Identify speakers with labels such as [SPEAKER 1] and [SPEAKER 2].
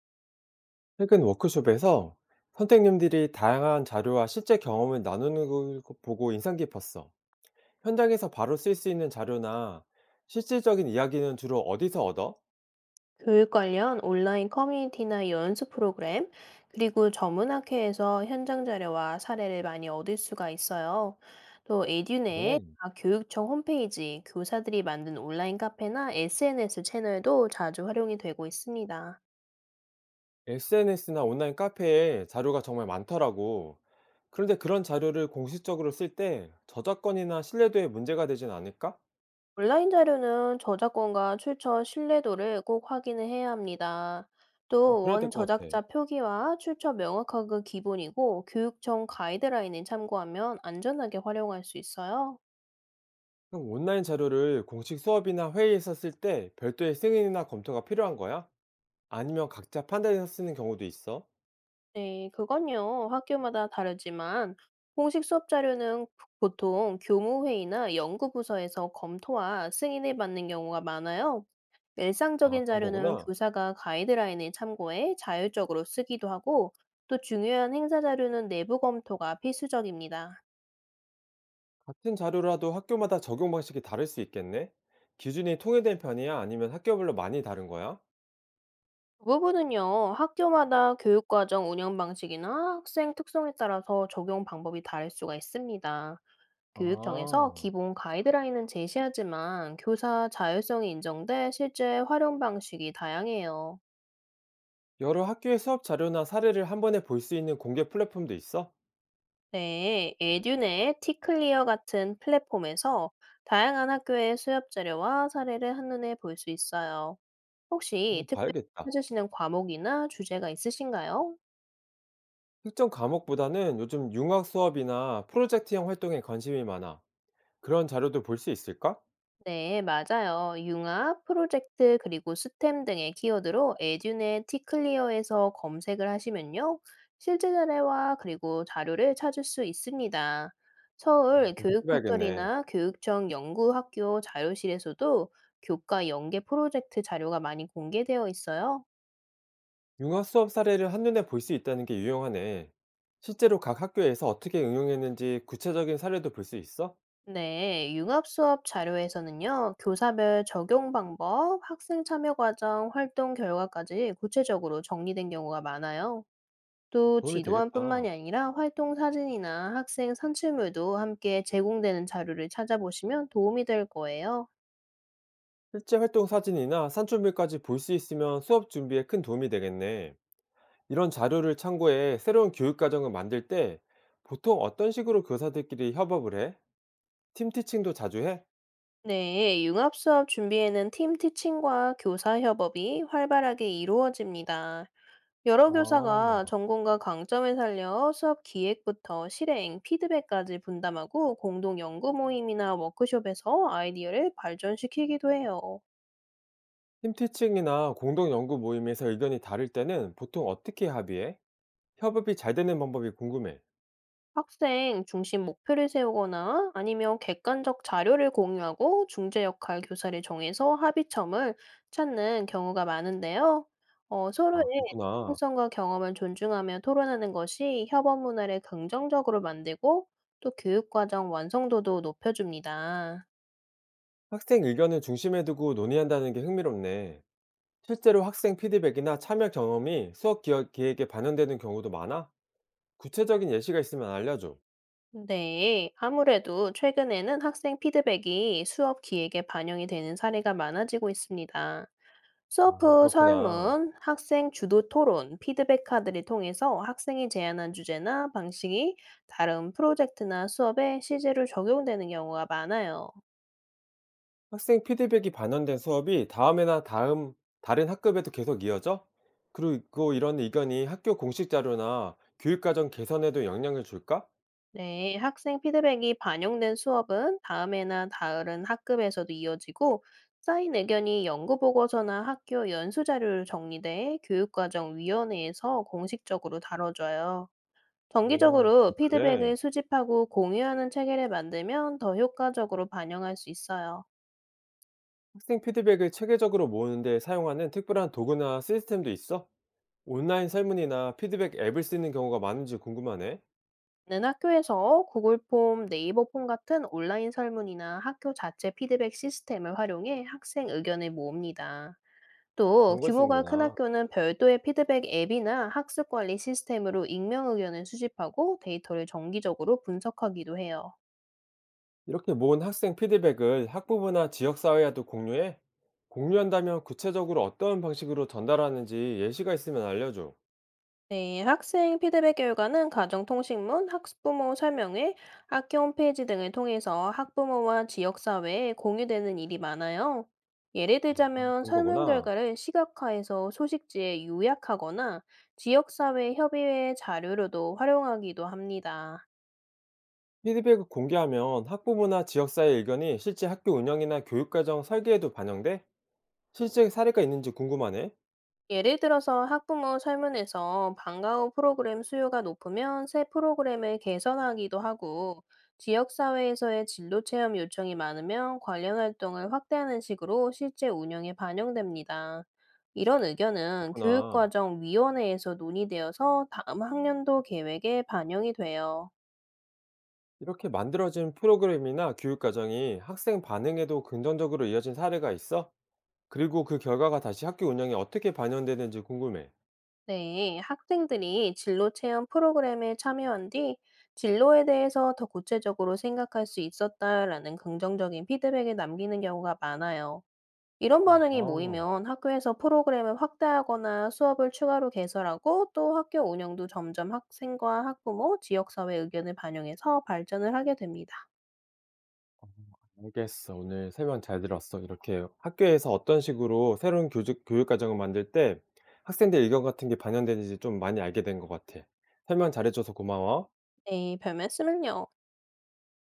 [SPEAKER 1] 최근 워크숍에서 선생님들이 다양한 자료와 실제 경험을 나누는 걸 보고 인상 깊었어. 현장에서 바로 쓸 수 있는 자료나 실질적인 이야기는 주로 어디서 얻어?
[SPEAKER 2] 교육 관련 온라인 커뮤니티나 연수 프로그램, 그리고 전문학회에서 현장 자료와 사례를 많이 얻을 수가 있어요. 또 에듀네,
[SPEAKER 1] 그래.
[SPEAKER 2] 각 교육청 홈페이지, 교사들이 만든 온라인 카페나 SNS 채널도 자주 활용이 되고 있습니다.
[SPEAKER 1] SNS나 온라인 카페에 자료가 정말 많더라고. 그런데 그런 자료를 공식적으로 쓸 때 저작권이나 신뢰도에 문제가 되진 않을까?
[SPEAKER 2] 온라인 자료는 저작권과 출처 신뢰도를 꼭 확인을 해야 합니다.
[SPEAKER 1] 어,
[SPEAKER 2] 또
[SPEAKER 1] 그래야
[SPEAKER 2] 원
[SPEAKER 1] 될 것 같아.
[SPEAKER 2] 저작자 표기와 출처 명확하게 기본이고 교육청 가이드라인을 참고하면 안전하게 활용할 수 있어요.
[SPEAKER 1] 그럼 온라인 자료를 공식 수업이나 회의에서 쓸 때 별도의 승인이나 검토가 필요한 거야? 아니면 각자 판단해서 쓰는 경우도 있어?
[SPEAKER 2] 네, 그건요. 학교마다 다르지만 공식 수업 자료는 보통 교무회의나 연구부서에서 검토와 승인을 받는 경우가 많아요.
[SPEAKER 1] 아,
[SPEAKER 2] 일상적인
[SPEAKER 1] 그런
[SPEAKER 2] 자료는
[SPEAKER 1] 거구나.
[SPEAKER 2] 교사가 가이드라인을 참고해 자율적으로 쓰기도 하고, 또 중요한 행사 자료는 내부 검토가 필수적입니다.
[SPEAKER 1] 같은 자료라도 학교마다 적용 방식이 다를 수 있겠네? 기준이 통일된 편이야? 아니면 학교별로 많이 다른 거야?
[SPEAKER 2] 대부분은요, 학교마다 교육과정 운영 방식이나 학생 특성에 따라서 적용 방법이 다를 수가 있습니다. 교육청에서
[SPEAKER 1] 아,
[SPEAKER 2] 기본 가이드라인은 제시하지만 교사 자율성이 인정돼 실제 활용 방식이 다양해요.
[SPEAKER 1] 여러 학교의 수업 자료나 사례를 한 번에 볼 수 있는 공개 플랫폼도 있어?
[SPEAKER 2] 네, 에듀네, 티클리어 같은 플랫폼에서 다양한 학교의 수업 자료와 사례를 한눈에 볼 수 있어요.
[SPEAKER 1] 어,
[SPEAKER 2] 혹시 특별히
[SPEAKER 1] 봐야겠다.
[SPEAKER 2] 찾으시는 과목이나 주제가 있으신가요?
[SPEAKER 1] 특정 과목보다는 요즘 융합 수업이나 프로젝트형 활동에 관심이 많아. 그런 자료도 볼 수 있을까?
[SPEAKER 2] 네, 맞아요. 융합, 프로젝트, 그리고 스템 등의 키워드로 에듀네 티클리어에서 검색을 하시면요. 실제 사례와 그리고 자료를 찾을 수 있습니다. 서울
[SPEAKER 1] 검색해봐야겠네.
[SPEAKER 2] 교육포털이나 교육청 연구학교 자료실에서도 교과 연계 프로젝트 자료가 많이 공개되어 있어요.
[SPEAKER 1] 융합 수업 사례를 한눈에 볼 수 있다는 게 유용하네. 실제로 각 학교에서 어떻게 응용했는지 구체적인 사례도 볼 수 있어?
[SPEAKER 2] 네, 융합 수업 자료에서는요, 교사별 적용 방법, 학생 참여 과정, 활동 결과까지 구체적으로 정리된 경우가 많아요. 또
[SPEAKER 1] 도움이 되겠다.
[SPEAKER 2] 지도안뿐만이 아니라 활동 사진이나 학생 산출물도 함께 제공되는 자료를 찾아보시면 도움이 될 거예요.
[SPEAKER 1] 실제 활동 사진이나 산출물까지 볼 수 있으면 수업 준비에 큰 도움이 되겠네. 이런 자료를 참고해 새로운 교육 과정을 만들 때 보통 어떤 식으로 교사들끼리 협업을 해? 팀 티칭도 자주 해?
[SPEAKER 2] 네, 융합 수업 준비에는 팀 티칭과 교사 협업이 활발하게 이루어집니다. 여러 교사가
[SPEAKER 1] 아.
[SPEAKER 2] 전공과 강점을 살려 수업 기획부터 실행, 피드백까지 분담하고 공동 연구 모임이나 워크숍에서 아이디어를 발전시키기도 해요.
[SPEAKER 1] 팀 티칭이나 공동 연구 모임에서 의견이 다를 때는 보통 어떻게 합의해? 협업이 잘 되는 방법이 궁금해.
[SPEAKER 2] 학생 중심 목표를 세우거나 아니면 객관적 자료를 공유하고 중재 역할 교사를 정해서 합의점을 찾는 경우가 많은데요. 서로의
[SPEAKER 1] 아, 그렇구나.
[SPEAKER 2] 전문성과 경험을 존중하며 토론하는 것이 협업 문화를 긍정적으로 만들고 또 교육과정 완성도도 높여줍니다.
[SPEAKER 1] 학생 의견을 중심에 두고 논의한다는 게 흥미롭네. 실제로 학생 피드백이나 참여 경험이 기획에 반영되는 경우도 많아? 구체적인 예시가 있으면 알려줘.
[SPEAKER 2] 네, 아무래도 최근에는 학생 피드백이 수업 기획에 반영이 되는 사례가 많아지고 있습니다.
[SPEAKER 1] 아.
[SPEAKER 2] 수업 후
[SPEAKER 1] 그렇구나.
[SPEAKER 2] 설문, 학생 주도 토론, 피드백 카드를 통해서 학생이 제안한 주제나 방식이 다른 프로젝트나 수업에 실제로 적용되는 경우가 많아요.
[SPEAKER 1] 학생 피드백이 반영된 수업이 다음해나 다음 다른 학급에도 계속 이어져? 그리고 이런 의견이 학교 공식 자료나 교육과정 개선에도 영향을 줄까?
[SPEAKER 2] 네, 학생 피드백이 반영된 수업은 다음해나 다른 학급에서도 이어지고 쌓인 의견이 연구 보고서나 학교 연수 자료로 정리돼 교육과정위원회에서 공식적으로 다뤄져요.
[SPEAKER 1] 오,
[SPEAKER 2] 정기적으로 피드백을
[SPEAKER 1] 그래.
[SPEAKER 2] 수집하고 공유하는 체계를 만들면 더 효과적으로 반영할 수 있어요.
[SPEAKER 1] 학생 피드백을 체계적으로 모으는 데 사용하는 특별한 도구나 시스템도 있어? 온라인 설문이나 피드백 앱을 쓰는 경우가 많은지 궁금하네.
[SPEAKER 2] 는 학교에서 구글 폼, 네이버 폼 같은 온라인 설문이나 학교 자체 피드백 시스템을 활용해 학생 의견을 모읍니다. 또
[SPEAKER 1] 그런 걸
[SPEAKER 2] 규모가 큰
[SPEAKER 1] 쓰는구나.
[SPEAKER 2] 학교는 별도의 피드백 앱이나 학습 관리 시스템으로 익명 의견을 수집하고 데이터를 정기적으로 분석하기도 해요.
[SPEAKER 1] 이렇게 모은 학생 피드백을 학부모나 지역사회와도 공유해? 공유한다면 구체적으로 어떤 방식으로 전달하는지 예시가 있으면 알려줘.
[SPEAKER 2] 네, 학생 피드백 결과는 가정통신문, 학부모 설명회, 학교 홈페이지 등을 통해서 학부모와 지역사회에 공유되는 일이 많아요. 예를
[SPEAKER 1] 아,
[SPEAKER 2] 들자면
[SPEAKER 1] 그런
[SPEAKER 2] 설문
[SPEAKER 1] 거구나.
[SPEAKER 2] 결과를 시각화해서 소식지에 요약하거나 지역사회 협의회 자료로도 활용하기도 합니다.
[SPEAKER 1] 피드백을 공개하면 학부모나 지역사회 의견이 실제 학교 운영이나 교육과정 설계에도 반영돼? 실제 사례가 있는지 궁금하네.
[SPEAKER 2] 예를 들어서 학부모 설문에서 방과 후 프로그램 수요가 높으면 새 프로그램을 개선하기도 하고, 지역사회에서의 진로 체험 요청이 많으면 관련 활동을 확대하는 식으로 실제 운영에 반영됩니다. 이런 의견은
[SPEAKER 1] 그렇구나.
[SPEAKER 2] 교육과정위원회에서 논의되어서 다음 학년도 계획에 반영이 돼요.
[SPEAKER 1] 이렇게 만들어진 프로그램이나 교육과정이 학생 반응에도 긍정적으로 이어진 사례가 있어? 그리고 그 결과가 다시 학교 운영에 어떻게 반영되는지 궁금해.
[SPEAKER 2] 네, 학생들이 진로 체험 프로그램에 참여한 뒤 진로에 대해서 더 구체적으로 생각할 수 있었다라는 긍정적인 피드백을 남기는 경우가 많아요. 이런 반응이
[SPEAKER 1] 아.
[SPEAKER 2] 모이면 학교에서 프로그램을 확대하거나 수업을 추가로 개설하고 또 학교 운영도 점점 학생과 학부모, 지역사회 의견을 반영해서 발전을 하게 됩니다.
[SPEAKER 1] 알겠어. 오늘 설명 잘 들었어. 이렇게 학교에서 어떤 식으로 새로운 교육, 교육 과정을 만들 때 학생들 의견 같은 게 반영되는지 좀 많이 알게 된 것 같아. 설명 잘해줘서 고마워.
[SPEAKER 2] 네, 별 말씀을요.